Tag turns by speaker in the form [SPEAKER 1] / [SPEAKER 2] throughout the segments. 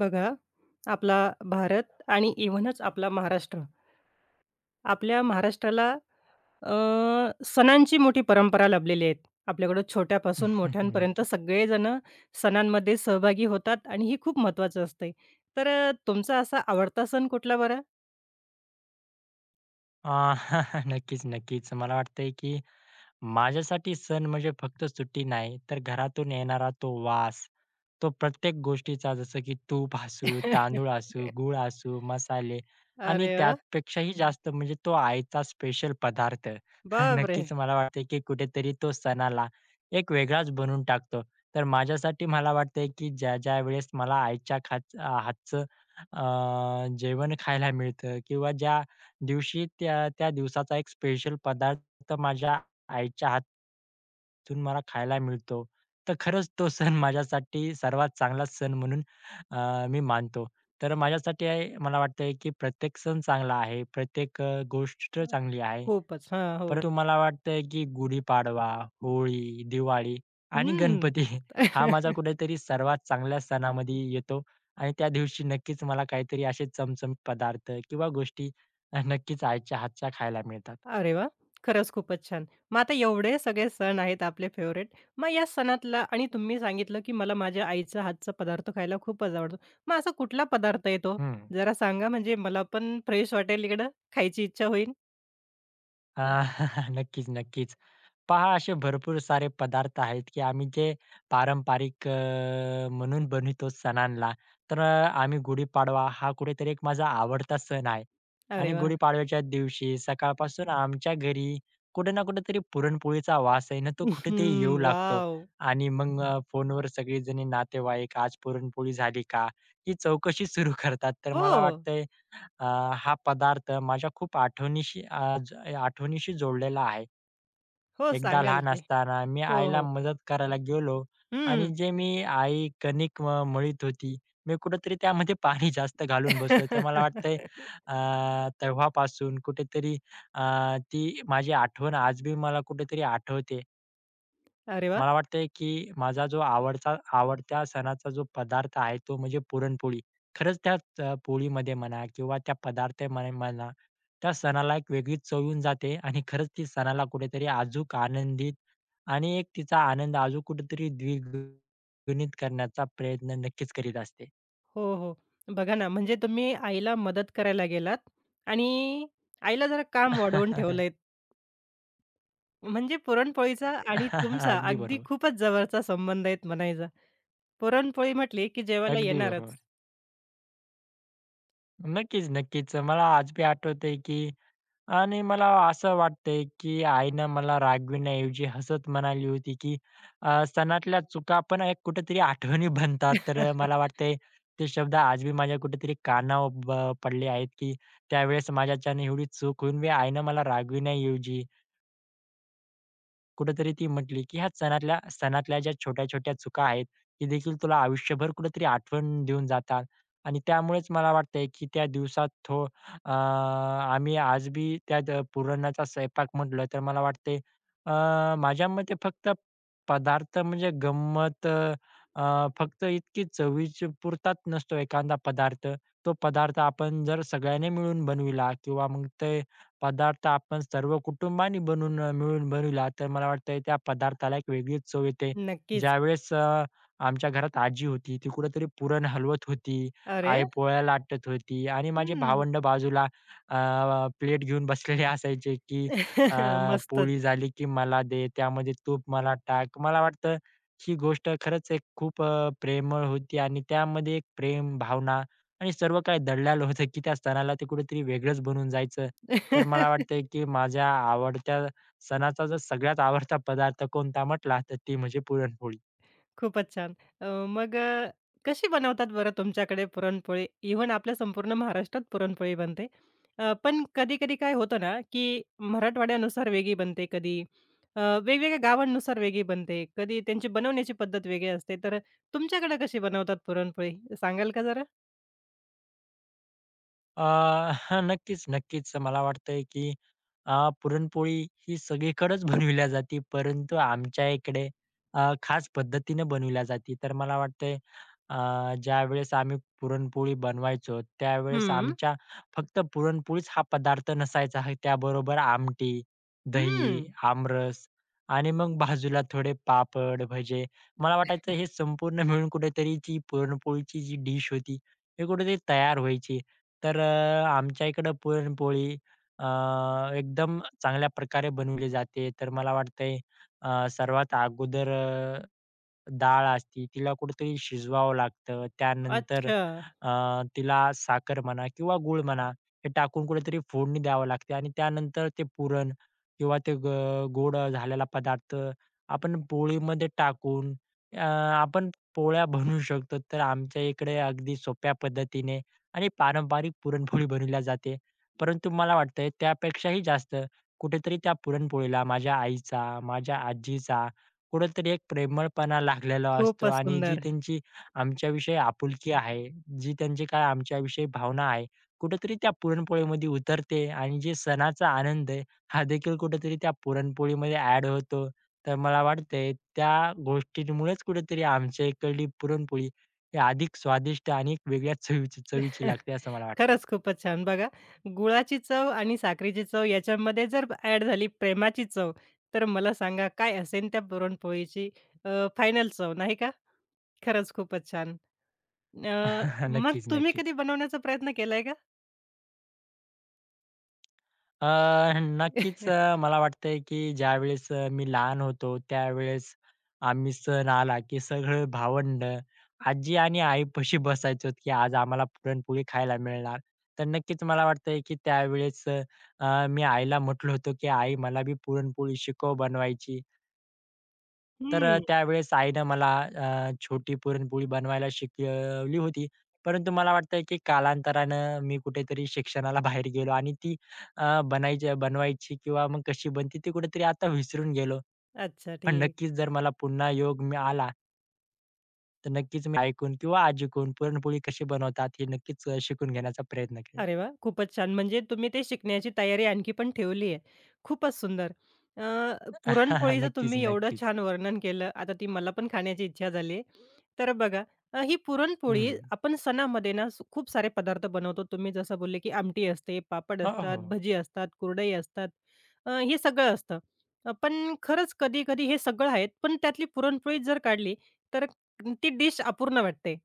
[SPEAKER 1] बघा, आपला भारत आणि इव्हनच आपला महाराष्ट्र. आपल्या महाराष्ट्राला अ, सणांची मोठी परंपरा लाभलेली आहे. आपल्याकडं छोट्यापासून मोठ्यांपर्यंत
[SPEAKER 2] नक्कीच.
[SPEAKER 1] सगळेजणं सणांमध्ये सहभागी होतात आणि हे खूप महत्त्वाचं असतंय. तर तुमचा असा आवडता सण कुठला बरं?
[SPEAKER 2] अ, नक्कीच, नक्कीच. मला वाटतंय की माझ्यासाठी सण म्हणजे फक्त सुट्टी नाही, तर घरातून येणारा तो वास, तो प्रत्येक गोष्टीचा जसं की तूप असू, तांदूळ असू, गूळ असू, मसाले आणि
[SPEAKER 1] अरे वाह!
[SPEAKER 2] त्यापेक्षाही जास्त म्हणजे तो आईचा स्पेशल पदार्थ.
[SPEAKER 1] बापरे!
[SPEAKER 2] नक्कीच मला वाटतंय की कुठेतरी तो सणाला एक वेगळाच बनवून टाकतो. तर माझ्यासाठी मला वाटतंय की ज्या-ज्या वेळेस मला आईच्या हातचं जेवण खायला मिळतं किंवा ज्या दिवशी त्या त्या दिवसाचा एक स्पेशल पदार्थ माझ्या आईच्या हातून मला खायला मिळतो. तर खरंच तो सण माझ्यासाठी सर्वात चांगला सण म्हणून मी मानतो. तर माझ्यासाठी आहे मला वाटतंय, की प्रत्येक सण चांगला आहे. प्रत्येक गोष्ट चांगली आहे.
[SPEAKER 1] खूपच. हां, हो.
[SPEAKER 2] परंतु मला वाटतंय, की गुढीपाडवा, होळी, दिवाळी आणि
[SPEAKER 1] हं.
[SPEAKER 2] गणपती हा माझा कुठेतरी सर्वात चांगल्या सणामध्ये येतो आणि त्या दिवशी नक्कीच मला काहीतरी असे चमचमीत पदार्थ किंवा गोष्टी नक्कीच आईच्या हातच्या खायला मिळतात.
[SPEAKER 1] अरे वाह! खरंच खूपच छान. मग आता एवढे सगळे सण आहेत आपले फेवरेट, मग या सणातला आणि तुम्ही सांगितलं, की मला माझ्या आईचा हातचा पदार्थ खायला खूपच आवडतो. मग असा कुठला पदार्थ आहे तो?
[SPEAKER 2] हं.
[SPEAKER 1] जरा सांगा म्हणजे मला पण फ्रेश वाटेल इकडं, खायची इच्छा होईल.
[SPEAKER 2] अ, नक्कीच, नक्कीच. पहा असे भरपूर सारे पदार्थ आहेत, की आम्ही जे पारंपरिक म्हणून बनवितो सणांना. तर आम्ही गुढीपाडवा हा कुठेतरी एक माझा आवडता सण आहे. आणि
[SPEAKER 1] अरे वाह!
[SPEAKER 2] गुढीपाडव्याच्या दिवशी सकाळपासून आमच्या घरी कुठे ना कुठेतरी पुरणपोळीचा वास आहे ना, तो कुठेतरी
[SPEAKER 1] हं,
[SPEAKER 2] येऊ लागतो.
[SPEAKER 1] वॉव!
[SPEAKER 2] आणि मग फोनवर सगळीजणी नातेवाईक, "आज पुरणपोळी झाली का?" ही चौकशी सुरू करतात. तर
[SPEAKER 1] हो.
[SPEAKER 2] मला वाटतंय अ, हा पदार्थ माझ्या खूप आठवणीशी जोडलेला आहे.
[SPEAKER 1] हो,
[SPEAKER 2] एकदा
[SPEAKER 1] सांगाल
[SPEAKER 2] लहान
[SPEAKER 1] की.
[SPEAKER 2] असताना मी
[SPEAKER 1] हो,
[SPEAKER 2] आईला
[SPEAKER 1] हो.
[SPEAKER 2] मदत करायला गेलो आणि
[SPEAKER 1] हं.
[SPEAKER 2] जे मी आई कणिक मळीत होती, मी कुठेतरी त्यामध्ये पाणी जास्त घालून बसलो. तर मला वाटतंय अ, तेव्हापासून कुठेतरी अ, ती माझी आठवण आज बी मला कुठेतरी आठवते.
[SPEAKER 1] अरे वाह!
[SPEAKER 2] मला वाटतंय की माझा जो आवडत्या सणाचा जो पदार्थ आहे तो म्हणजे पुरणपोळी. खरंच त्या पोळीमध्ये म्हणा किंवा त्या पदार्थामध्ये म्हणा, त्या सणाला एक वेगळीच चव येऊन जाते आणि खरंच ती सणाला कुठेतरी अजूक आनंदित आणि एक तिचा आनंद अजून कुठेतरी द्विगुणित करण्याचा प्रयत्न नक्कीच करीत असते.
[SPEAKER 1] हो, हो. बघा ना, म्हणजे तुम्ही आईला मदत करायला गेलात आणि आईला जरा काम वाढवून ठेवलंय. म्हणजे पुरणपोळीचा आणि तुमचा
[SPEAKER 2] अगदी
[SPEAKER 1] अगदी
[SPEAKER 2] बरोबर,
[SPEAKER 1] खूपच जवळचा संबंध आहेत म्हणायचा. पुरणपोळी म्हटली की जेवायला
[SPEAKER 2] अगदी बरोबर.
[SPEAKER 1] येणारच.
[SPEAKER 2] नक्कीच, नक्कीच. मला आज बी आठवतंय की आणि मला असं वाटतंय, की आईनं मला रागविण्याऐवजी हसत म्हणाली होती, की सणातल्या चुका पण एक कुठेतरी आठवणी बनतात. तर मला वाटतंय ते शब्द आज बी माझ्या कुठेतरी कानावर पडले आहेत, की त्यावेळेस माझ्याच्याने एवढी चूक होऊन बी आईनं मला रागविण्याऐवजी कुठेतरी ती म्हटली, की ह्या सणातल्या सणातल्या ज्या छोट्या-छोट्या चुका आहेत, ते देखील तुला आयुष्यभर कुठेतरी आठवण देऊन जातात. आणि त्यामुळेच मला वाटतंय, की त्या दिवसात आम्ही आज बी त्या पुरणाचा स्वयंपाक म्हटलं तर मला वाटतंय अ, माझ्या मते फक्त पदार्थ म्हणजे गंमत फक्त इतकी चवीची पुरताच नसतो एखादा पदार्थ. तो पदार्थ आपण जर सगळ्यांनी मिळून बनविला किंवा मग ते पदार्थ आपण सर्व कुटुंबाने बनवून मिळून बनविला तर मला वाटतंय त्या पदार्थाला एक वेगळीच चव येते.
[SPEAKER 1] नक्कीच.
[SPEAKER 2] ज्यावेळेस आमच्या घरात आजी होती, ती कुठेतरी पुरण हलवत होती,
[SPEAKER 1] अरे!
[SPEAKER 2] आई पोळ्या लाटत होती आणि माझे
[SPEAKER 1] हं.
[SPEAKER 2] भावंड बाजूला अ, प्लेट घेऊन बसलेले असायचे, की अ,
[SPEAKER 1] मस्तच.
[SPEAKER 2] पोळी झाली की मला दे, त्यामध्ये तूप मला टाक. मला वाटतं ही गोष्ट खरंच एक खूप प्रेमळ होती आणि त्यामध्ये एक प्रेम भावना आणि सर्व काही दडलेलं होतं, की त्या सणाला ते कुठेतरी वेगळंच बनून जायचं. तर मला वाटतंय, की माझ्या आवडत्या सणाचा जर सगळ्यात आवडता पदार्थ कोणता म्हटला, तर ती म्हणजे पुरणपोळी.
[SPEAKER 1] खूपच छान. अ, मग कशी बनवतात बरं तुमच्याकडे पुरणपोळी? इव्हन आपल्या संपूर्ण महाराष्ट्रात पुरणपोळी बनते. पण कधी-कधी काय होतं ना, की मराठवाड्यानुसार वेगळी बनते कधी, वेगवेगळ्या गावांनुसार वेगळी बनते. कधी त्यांची बनवण्याची पद्धत वेगळी असते. तर तुमच्याकडे कशी बनवतात पुरणपोळी सांगाल का जरा?
[SPEAKER 2] अ, हां, नक्कीच, नक्कीच. मला वाटतंय की पुरणपोळी ही सगळीकडेच बनविल्या जाते, परंतु आमच्या इकडे खास पद्धतीने बनविल्या जाते. तर मला वाटतंय अ, ज्यावेळेस आम्ही पुरणपोळी बनवायचो, त्यावेळेस
[SPEAKER 1] हं,
[SPEAKER 2] आमच्या फक्त पुरणपोळीच हा पदार्थ नसायचा. हे त्याबरोबर आमटी,
[SPEAKER 1] हं.
[SPEAKER 2] दही, आमरस आणि मग बाजूला थोडे पापड, भजे. मला वाटायचं हे संपूर्ण मिळून कुठेतरी जी पुरणपोळीची जी डिश होती, हे कुठेतरी तयार व्हायची. तर आमच्या इकडं पुरणपोळी अ, एकदम चांगल्या प्रकारे बनवली जाते. तर मला वाटतंय सर्वात अगोदर डाळ असती तिला कुठेतरी शिजवावं लागतं. त्यानंतर
[SPEAKER 1] अच्छा.
[SPEAKER 2] अ, तिला साखर म्हणा किंवा गूळ म्हणा हे टाकून कुठेतरी फोडणी द्यावं लागते आणि त्यानंतर ते पुरण किंवा ते गोड झालेला पदार्थ आपण पोळीमध्ये टाकून आपण पोळ्या बनवू शकतो. तर आमच्या इकडे अगदी सोप्या पद्धतीने आणि पारंपरिक पुरणपोळी बनवल्या जाते. परंतु मला वाटतंय त्यापेक्षाही जास्त कुठेतरी त्या पुरणपोळीला माझ्या आईचा, माझ्या आजीचा कुठेतरी एक प्रेमळपणा लागलेला असतो
[SPEAKER 1] खूपच
[SPEAKER 2] आणि जी
[SPEAKER 1] सुंदर.
[SPEAKER 2] त्यांची आमच्याविषयी आपुलकी आहे, जी त्यांची काय आमच्याविषयी भावना आहे, कुठेतरी त्या पुरणपोळीमध्ये उतरते आणि जे सणाचा आनंद आहे, हा देखील कुठेतरी त्या पुरणपोळीमध्ये ॲड होतो. तर मला वाटतंय त्या गोष्टींमुळेच कुठेतरी आमच्या इकडली पुरणपोळी ते अधिक स्वादिष्ट आणि एक वेगळ्याच चवीची चवीची लागते असं मला वाटतंय.
[SPEAKER 1] खरंच खूपच छान. बघा, गुळाची चव आणि साखरेची चव याच्यामध्ये जर ॲड झाली प्रेमाची चव, तर मला सांगा काय असेल त्या पुरणपोळीची अ, फायनल चव, नाही का? खरंच खूपच छान. अ, मग
[SPEAKER 2] नक्कीच,
[SPEAKER 1] तुम्ही कधी
[SPEAKER 2] नक्कीच.
[SPEAKER 1] बनवण्याचा प्रयत्न केलाय का?
[SPEAKER 2] अ, नक्कीच मला वाटतंय की ज्यावेळेस मी लहान होतो त्यावेळेस आम्ही सण आला की सगळं भावंडं आजी आणि आईपाशी बसायचो की आज आम्हाला पुरणपोळी खायला मिळणार. तर नक्कीच मला वाटतंय की त्यावेळेस मी आईला म्हटलं होतं की "आई मला बी पुरणपोळी शिकव बनवायची." तर
[SPEAKER 1] हं.
[SPEAKER 2] त्यावेळेस आईनं मला छोटी पुरणपोळी बनवायला शिकवली होती. परंतु मला वाटतंय की कालांतरानं मी कुठेतरी शिक्षणाला बाहेर गेलो आणि ती बनवायची किंवा मग कशी बनते ती कुठेतरी आता विसरून गेलो.
[SPEAKER 1] अच्छा,
[SPEAKER 2] पण
[SPEAKER 1] ठीक.
[SPEAKER 2] नक्कीच जर मला पुन्हा योग मी आला, तर नक्कीच मी ऐकून किंवा आजीकडून पुरणपोळी कशी बनवतात हे नक्कीच शिकून घेण्याचा प्रयत्न करेल.
[SPEAKER 1] अरे वाह! खूपच छान. म्हणजे तुम्ही ते शिकण्याची तयारी आणखी पण ठेवली आहे. खूपच सुंदर. अ, पुरणपोळीचं
[SPEAKER 2] नक्कीच,
[SPEAKER 1] तुम्ही एवढं
[SPEAKER 2] नक्कीच.
[SPEAKER 1] छान वर्णन केलं, आता ती मला पण खाण्याची इच्छा झाली आहे. तर बघा, ही पुरणपोळी
[SPEAKER 2] हं.
[SPEAKER 1] आपण सणामध्ये ना खूप सारे पदार्थ बनवतो. तुम्ही जसं बोलले, की आमटी असते, पापड
[SPEAKER 2] हो,
[SPEAKER 1] असतात,
[SPEAKER 2] हो.
[SPEAKER 1] भजी असतात, कुरडई असतात. हे सगळं असतं. पण खरंच कधी-कधी हे सगळं आहेत, पण त्यातली पुरणपोळी जर काढली, तर ती डिश अपूर्ण वाटते.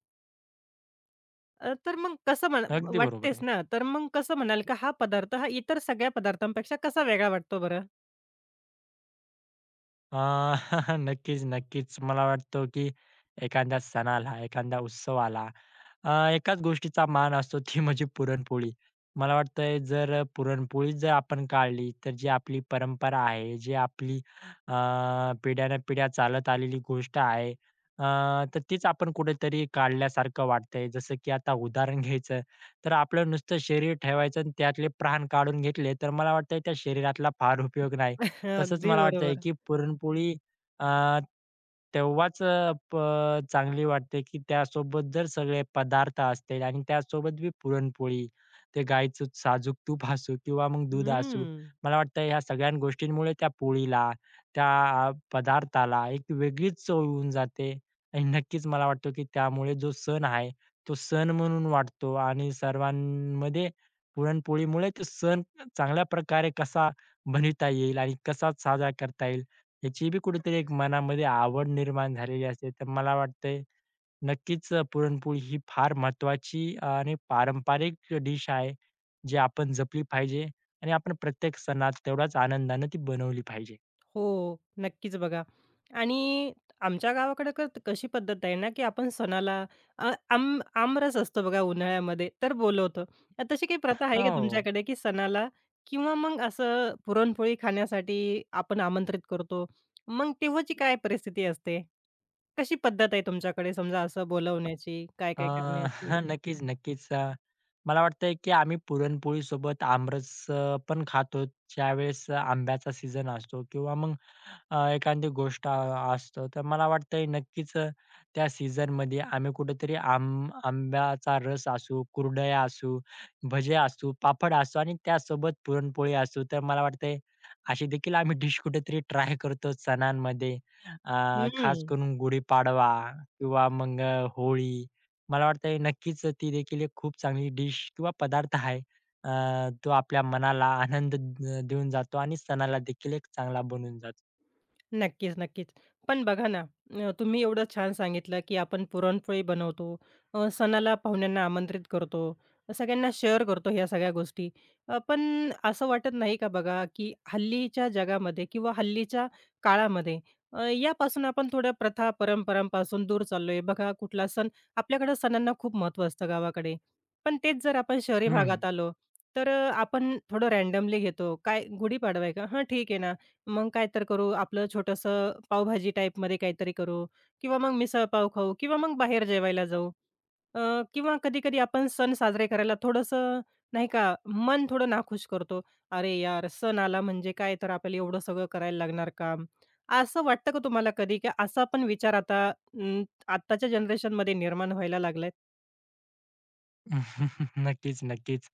[SPEAKER 1] अ, तर मग कसं म्हण
[SPEAKER 2] अगदी बरोबर
[SPEAKER 1] वाटतेच
[SPEAKER 2] आहे.
[SPEAKER 1] ना, तर मग कसं म्हणाल की हा पदार्थ हा इतर सगळ्या पदार्थांपेक्षा कसा वेगळा वाटतो बरं?
[SPEAKER 2] अ, नक्कीच, नक्कीच. मला वाटतं, की एखाद्या सणाला, एखादा उत्सव आला, एकाच गोष्टीचा मान असतो ती म्हणजे पुरणपोळी. मला वाटतंय जर पुरणपोळी जर आपण काढली तर जी आपली परंपरा आहे, जी आपली अ, पिढ्यानपिढ्या चालत आलेली गोष्ट आहे, अ, तर तीच आपण कुठेतरी काढल्यासारखं वाटतंय. जसं की आता उदाहरण घ्यायचं तर आपलं नुसतं शरीर ठेवायचं आणि त्यातले प्राण काढून घेतले तर मला वाटतंय त्या शरीरातला फार उपयोग नाही. तसंच
[SPEAKER 1] अगदी
[SPEAKER 2] मला वाटतंय
[SPEAKER 1] बरोबर.
[SPEAKER 2] की पुरणपोळी अ, तेव्हाच अ, प चांगली वाटते, की त्यासोबत जर सगळे पदार्थ असतील आणि त्यासोबत बी पुरणपोळी, ते गाईचं साजूक तूप असू किंवा मग दूध असू.
[SPEAKER 1] हं.
[SPEAKER 2] मला वाटतं ह्या सगळ्या गोष्टींमुळे त्या पोळीला, त्या पदार्थाला एक वेगळीच चव येऊन जाते आणि नक्कीच मला वाटतं, की त्यामुळे जो सण आहे, तो सण म्हणून वाटतो आणि सर्वांमध्ये पुरणपोळीमुळे तो सण चांगल्या प्रकारे कसा बनविता येईल आणि कसा साजरा करता येईल ह्याची बी कुठेतरी एक मनामध्ये आवड निर्माण झालेली असते. तर मला वाटतंय नक्कीच पुरणपोळी ही फार महत्त्वाची आणि पारंपरिक डिश आहे, जी आपण जपली पाहिजे आणि आपण प्रत्येक सणात तेवढ्याच आनंदाने ती बनवली पाहिजे.
[SPEAKER 1] हो, नक्कीच बघा. आणि आमच्या गावाकडे कशी पद्धत आहे ना, की आपण सणाला आमरस असतो बघा उन्हाळ्यामध्ये, तर बोलवतो. तशी काही प्रथा आहे का
[SPEAKER 2] हो.
[SPEAKER 1] तुमच्याकडे, की सणाला किंवा मग असं पुरणपोळी खाण्यासाठी आपण आमंत्रित करतो? मग तेव्हाची काय परिस्थिती असते? कशी पद्धत आहे तुमच्याकडे समजा असं बोलवण्याची,
[SPEAKER 2] अ,
[SPEAKER 1] काय-काय
[SPEAKER 2] हां,
[SPEAKER 1] करण्याची?
[SPEAKER 2] नक्कीच, नक्कीच. मला वाटतंय की आम्ही पुरणपोळीसोबत आमरस पण खातो. ज्यावेळेस आंब्याचा सीजन असतो किंवा मग एखादी गोष्ट असतं. तर मला वाटतंय नक्कीच त्या सीझनमध्ये आम्ही कुठेतरी आंब्याचा रस असू, कुरडया असू, भजे असू, पापड असू आणि त्यासोबत पुरणपोळी असू. तर मला वाटतंय अशी देखील आम्ही डिश कुठेतरी ट्राय करतो सणांमध्ये. अ, खास
[SPEAKER 1] हं.
[SPEAKER 2] करून गुढीपाडवा किंवा मग होळी मला वाटतंय नक्कीच ती देखील एक खूप चांगली डिश किंवा पदार्थ आहे. तो आपल्या मनाला आनंद देऊन जातो आणि सणाला देखील एक चांगला बनवून जातो.
[SPEAKER 1] नक्कीच, नक्कीच. पण बघा ना, तुम्ही एवढं छान सांगितलं, की आपण पुरणपोळी बनवतो, सणाला पाहुण्यांना आमंत्रित करतो, सगळ्यांना शेअर करतो ह्या सगळ्या गोष्टी. पण असं वाटत नाही का बघा, की हल्लीच्या जगामध्ये किंवा हल्लीच्या काळामध्ये यापासून आपण थोड्या प्रथा, परंपरांपासून दूर चाललोय. बघा कुठला सण आपल्याकडे सणांना खूप महत्त्व असतं गावाकडे. पण तेच जर आपण शहरी
[SPEAKER 2] हं,
[SPEAKER 1] भागात आलो, तर आपण थोडं रँडमली घेतो. काय गुढीपाडवा आहे का? हां, ठीक आहे ना. मग काय तर करू, आपलं छोटंसं पावभाजी टाईपमध्ये काहीतरी करू किंवा मग मिसळपाव खाऊ किंवा मग बाहेर जेवायला जाऊ. अ, किंवा कधी-कधी आपण सण साजरे करायला थोडंसं नाही का, मन थोडं नाखुश करतो. "अरे यार, सण आला म्हणजे काय तर आपल्याला एवढं सगळं करायला लागणार काम?" असं वाटतं का तुम्हाला कधी, की असा पण विचार आता आत्ताच्या जनरेशनमध्ये निर्माण व्हायला लागलाय?
[SPEAKER 2] नक्कीच, नक्कीच.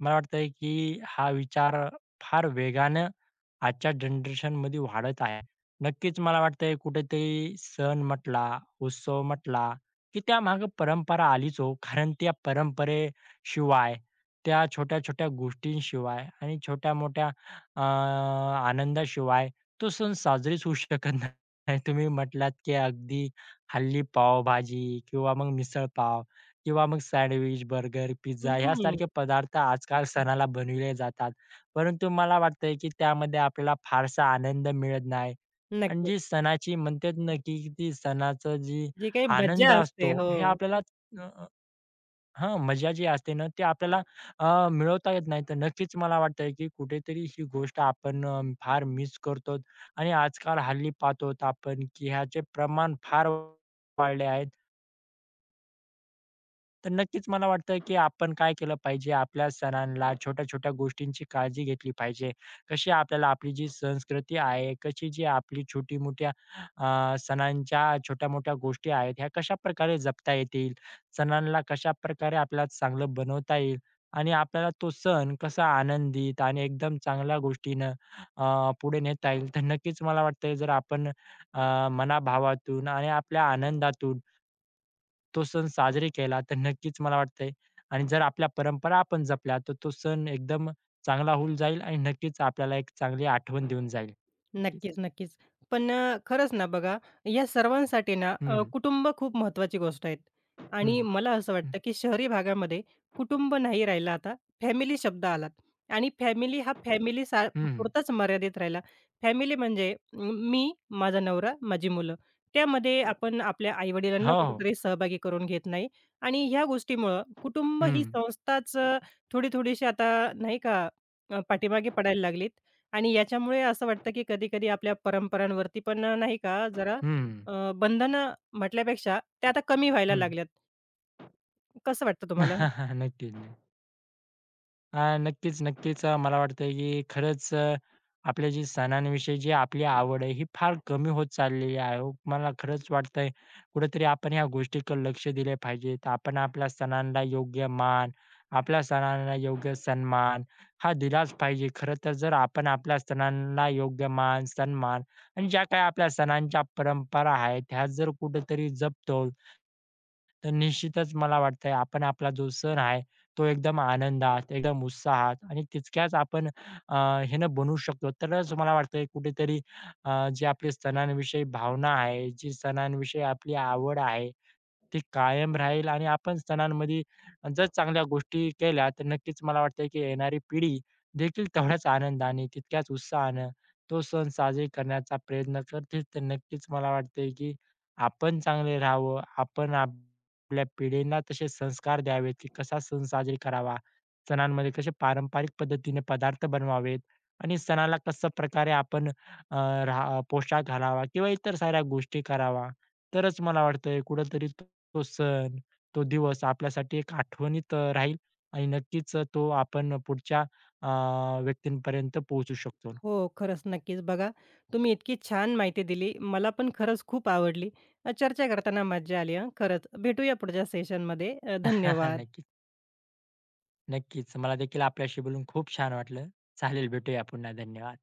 [SPEAKER 2] मला वाटतंय की हा विचार फार वेगानं आजच्या जनरेशनमध्ये वाढत आहे. नक्कीच मला वाटतंय कुठेतरी सण म्हटला, उत्सव म्हटला, की त्यामागे परंपरा आलीच हो. कारण त्या परंपरेशिवाय, त्या छोट्या-छोट्या गोष्टींशिवाय आणि छोट्या-मोठ्या अ, आनंदाशिवाय तो सण साजरीच होऊ शकत नाही. तुम्ही म्हटलात की अगदी हल्ली पावभाजी किंवा मग मिसळ पाव किंवा मग सँडविच, बर्गर, पिझ्झा ह्यासारखे
[SPEAKER 1] हं,
[SPEAKER 2] पदार्थ आजकाल सणाला बनविले जातात. परंतु मला वाटतंय, की त्यामध्ये आपल्याला फारसा आनंद मिळत नाही आणि
[SPEAKER 1] नक्कीच.
[SPEAKER 2] जी सणाची म्हणतात ना, की ती सणाचं जी
[SPEAKER 1] जी काही
[SPEAKER 2] आनंद
[SPEAKER 1] मज्जा असते.
[SPEAKER 2] असतो, हे
[SPEAKER 1] हो.
[SPEAKER 2] आपल्याला अ, अ, मजा जी असते ना, ती आपल्याला मिळवता येत नाही. तर नक्कीच मला वाटतंय, की कुठेतरी ही गोष्ट आपण फार मिस करतो आणि आजकाल हल्ली पाहतो आपण, की ह्याचे प्रमाण फार वाढले आहेत. तर नक्कीच मला वाटतं, की आपण काय केलं पाहिजे, आपल्या सणांला छोट्या-छोट्या गोष्टींची काळजी घेतली पाहिजे. कशी आपल्याला आपली जी संस्कृती आहे, कशी जी आपली छोटी-मोठ्या सणांच्या छोट्या-मोठ्या गोष्टी आहेत, ह्या कशाप्रकारे जपता येतील, सणांना कशाप्रकारे आपल्याला चांगलं बनवता येईल आणि आपल्याला तो सण कसा आनंदित आणि एकदम चांगल्या गोष्टीनं पुढे नेता येईल. तर नक्कीच मला वाटतं, जर आपण मनाभावातून आणि आपल्या आनंदातून तो सण साजरे केला तर नक्कीच मला वाटतंय आणि जर आपल्या परंपरा आपण जपल्या तर तो सण एकदम चांगला होऊन जाईल आणि नक्कीच आपल्याला एक चांगली आठवण देऊन जाईल. नक्कीच.
[SPEAKER 1] नक्कीच, नक्कीच. पण खरंच ना बघा, या सर्वांसाठी ना
[SPEAKER 2] हं,
[SPEAKER 1] कुटुंब खूप महत्त्वाची गोष्ट आहेत
[SPEAKER 2] हं,
[SPEAKER 1] आणि मला असं
[SPEAKER 2] हं,
[SPEAKER 1] वाटतं, की शहरी भागामध्ये कुटुंब नाही राहिला आता, फॅमिली शब्द आलात आणि फॅमिली हा फॅमिली
[SPEAKER 2] हं.
[SPEAKER 1] पुरताच मर्यादित राहिला. फॅमिली म्हणजे मी, माझा नवरा, माझी मुलं. त्यामध्ये आपण आपल्या आई
[SPEAKER 2] हो, हो.
[SPEAKER 1] कुठेतरी सहभागी करून घेत नाही आणि ह्या गोष्टीमुळं कुटुंब
[SPEAKER 2] हं,
[SPEAKER 1] ही संस्थाच थोडी-थोडीशी आता नाही का पाठीमागे पडायला लागलीत आणि याच्यामुळे असं वाटतं, की कधी-कधी आपल्या परंपरांवरती पण नाही का जरा
[SPEAKER 2] हं,
[SPEAKER 1] बंधनं म्हटल्यापेक्षा ते आता कमी व्हायला
[SPEAKER 2] हं.
[SPEAKER 1] लागल्यात. कसं वाटतं तुम्हाला?
[SPEAKER 2] नक्कीच. नक्कीच, नक्कीच. मला वाटतंय की खरंच आपल्या जी सणांविषयी जी आपली आवड आहे, ही फार कमी होत चाललेली आहे हो. मला खरंच वाटतंय कुठेतरी आपण ह्या गोष्टीकडे लक्ष दिले पाहिजेत. आपण आपल्या सणांना योग्य मान, आपल्या सणांना योग्य सन्मान हा दिलाच पाहिजे. खरं तर जर आपण आपल्या सणांना योग्य मान, सन्मान आणि ज्या काही आपल्या सणांच्या परंपरा आहेत, ह्या जर कुठेतरी जपतो, तर निश्चितच मला वाटतंय आपण आपला जो सण आहे, तो एकदम आनंदात, एकदम उत्साहात आणि तितक्याच आपण ह्यानं बनवू शकतो. तरच मला वाटतंय कुठेतरी जी आपली सणांविषयी भावना आहे, जी सणांविषयी आपली आवड आहे, ती कायम राहील आणि आपण सणांमध्ये जर चांगल्या गोष्टी केल्या, तर नक्कीच मला वाटतंय की येणारी पिढी देखील तेवढ्याच आनंदाने, तितक्याच उत्साहानं तो सण साजरे करण्याचा प्रयत्न करतील. तर नक्कीच मला वाटतंय की आपण चांगले राहावं, आपण आपल्या पिढींना तसे संस्कार द्यावेत, की कसा सण साजरी करावा, सणांमध्ये कसे पारंपरिक पद्धतीने पदार्थ बनवावेत आणि सणाला कसं प्रकारे आपण अ, राहा पोशाख घालावा किंवा इतर साऱ्या गोष्टी करावा. तरच मला वाटतंय कुठेतरी तो तो सण, तो दिवस आपल्यासाठी एक आठवणीत राहील आणि नक्कीच तो आपण पुढच्या अ, व्यक्तींपर्यंत पोहोचू शकतो.
[SPEAKER 1] हो, खरंच नक्कीच. बघा, तुम्ही इतकी छान माहिती दिली. मला पण खरंच खूप आवडली. चर्चा करताना मज्जा आली. हं, खरंच. भेटूया पुढच्या सेशनमध्ये. धन्यवाद.
[SPEAKER 2] नक्कीच, नक्कीच. मला देखील आपल्याशी बोलून खूप छान वाटलं. चालेल, भेटूया पुन्हा. धन्यवाद.